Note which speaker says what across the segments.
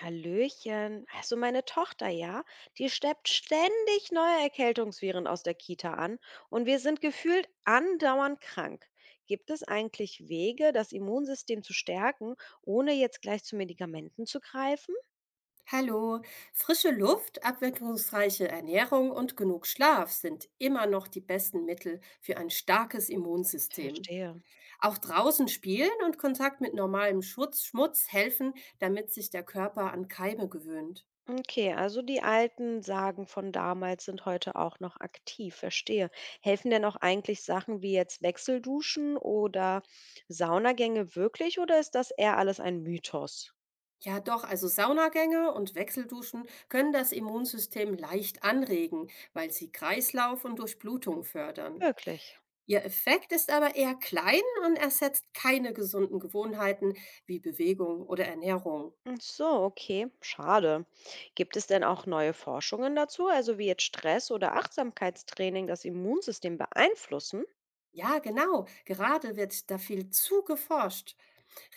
Speaker 1: Hallöchen. Also meine Tochter, ja, die steppt ständig neue Erkältungsviren aus der Kita an und wir sind gefühlt andauernd krank. Gibt es eigentlich Wege, das Immunsystem zu stärken, ohne jetzt gleich zu Medikamenten zu greifen?
Speaker 2: Hallo, frische Luft, abwechslungsreiche Ernährung und genug Schlaf sind immer noch die besten Mittel für ein starkes Immunsystem.
Speaker 1: Verstehe.
Speaker 2: Auch draußen spielen und Kontakt mit normalem Schutz, Schmutz helfen, damit sich der Körper an Keime gewöhnt.
Speaker 1: Okay, also die alten Sagen von damals sind heute auch noch aktiv, verstehe. Helfen denn auch eigentlich Sachen wie jetzt Wechselduschen oder Saunagänge wirklich oder ist das eher alles ein Mythos?
Speaker 2: Ja, doch, also Saunagänge und Wechselduschen können das Immunsystem leicht anregen, weil sie Kreislauf und Durchblutung fördern.
Speaker 1: Wirklich.
Speaker 2: Ihr Effekt ist aber eher klein und ersetzt keine gesunden Gewohnheiten wie Bewegung oder Ernährung.
Speaker 1: Ach so, okay, schade. Gibt es denn auch neue Forschungen dazu, also wie jetzt Stress oder Achtsamkeitstraining das Immunsystem beeinflussen?
Speaker 2: Ja, genau. Gerade wird da viel zu geforscht.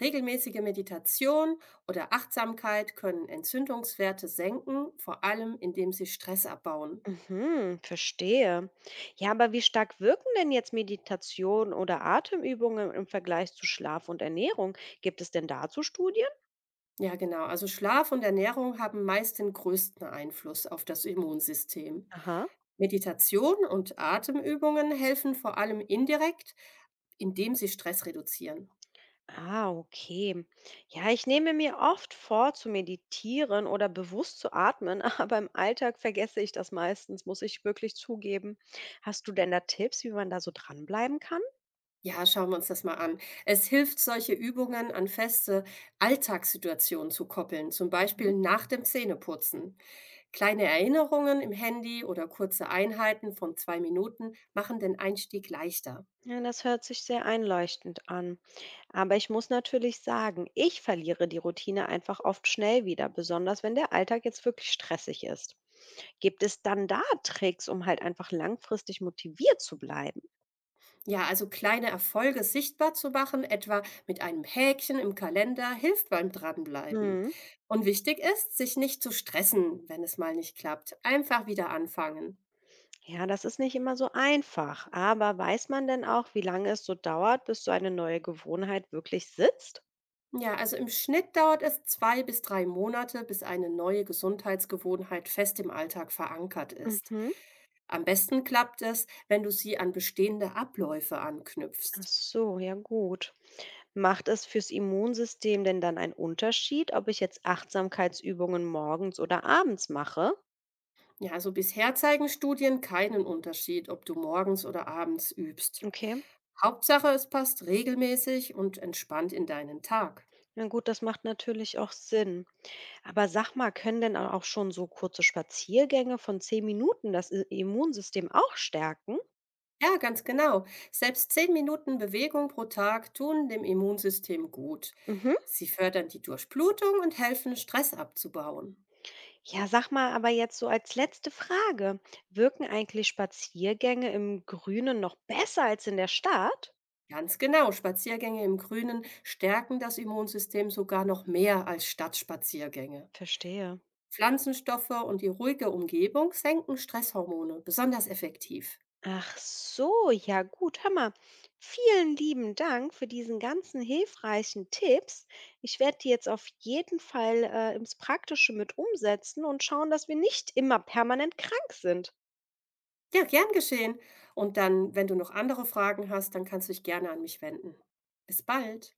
Speaker 2: Regelmäßige Meditation oder Achtsamkeit können Entzündungswerte senken, vor allem indem sie Stress abbauen.
Speaker 1: Mhm, verstehe. Ja, aber wie stark wirken denn jetzt Meditation oder Atemübungen im Vergleich zu Schlaf und Ernährung? Gibt es denn dazu Studien?
Speaker 2: Ja, genau. Also Schlaf und Ernährung haben meist den größten Einfluss auf das Immunsystem.
Speaker 1: Aha.
Speaker 2: Meditation und Atemübungen helfen vor allem indirekt, indem sie Stress reduzieren.
Speaker 1: Ah, okay. Ja, ich nehme mir oft vor, zu meditieren oder bewusst zu atmen, aber im Alltag vergesse ich das meistens, muss ich wirklich zugeben. Hast du denn da Tipps, wie man da so dranbleiben kann?
Speaker 2: Ja, schauen wir uns das mal an. Es hilft, solche Übungen an feste Alltagssituationen zu koppeln, zum
Speaker 1: Mhm.
Speaker 2: Beispiel nach dem Zähneputzen. Kleine Erinnerungen im Handy oder kurze Einheiten von 2 Minuten machen den Einstieg leichter.
Speaker 1: Ja, das hört sich sehr einleuchtend an. Aber ich muss natürlich sagen, ich verliere die Routine einfach oft schnell wieder, besonders wenn der Alltag jetzt wirklich stressig ist. Gibt es dann da Tricks, um halt einfach langfristig motiviert zu bleiben?
Speaker 2: Ja, also kleine Erfolge sichtbar zu machen, etwa mit einem Häkchen im Kalender, hilft beim Dranbleiben.
Speaker 1: Hm.
Speaker 2: Und wichtig ist, sich nicht zu stressen, wenn es mal nicht klappt. Einfach wieder anfangen.
Speaker 1: Ja, das ist nicht immer so einfach. Aber weiß man denn auch, wie lange es so dauert, bis so eine neue Gewohnheit wirklich sitzt?
Speaker 2: Ja, also im Schnitt dauert es 2 bis 3 Monate, bis eine neue Gesundheitsgewohnheit fest im Alltag verankert ist.
Speaker 1: Mhm.
Speaker 2: Am besten klappt es, wenn du sie an bestehende Abläufe
Speaker 1: Ach
Speaker 2: anknüpfst.
Speaker 1: so, ja gut. Macht es fürs Immunsystem denn dann einen Unterschied, ob ich jetzt Achtsamkeitsübungen morgens oder abends mache?
Speaker 2: Ja, also bisher zeigen Studien keinen Unterschied, ob du morgens oder abends übst.
Speaker 1: Okay,
Speaker 2: Hauptsache, es passt regelmäßig und entspannt in deinen Tag.
Speaker 1: na gut, das macht natürlich auch Sinn. Aber sag mal, können denn auch schon so kurze Spaziergänge von 10 Minuten das Immunsystem auch stärken?
Speaker 2: Ja, ganz genau. Selbst 10 Minuten Bewegung pro Tag tun dem Immunsystem gut.
Speaker 1: Mhm.
Speaker 2: Sie fördern die Durchblutung und helfen, Stress abzubauen.
Speaker 1: Ja, sag mal, aber jetzt so als letzte Frage, wirken eigentlich Spaziergänge im Grünen noch besser als in der Stadt?
Speaker 2: Ganz genau, Spaziergänge im Grünen stärken das Immunsystem sogar noch mehr als Stadtspaziergänge.
Speaker 1: Verstehe.
Speaker 2: Pflanzenstoffe und die ruhige Umgebung senken Stresshormone besonders effektiv.
Speaker 1: Ach so, ja gut, hör mal. Vielen lieben Dank für diesen ganzen hilfreichen Tipps. Ich werde die jetzt auf jeden Fall ins Praktische mit umsetzen und schauen, dass wir nicht immer permanent krank sind.
Speaker 2: Ja, gern geschehen. Und dann, wenn du noch andere Fragen hast, dann kannst du dich gerne an mich wenden. Bis bald.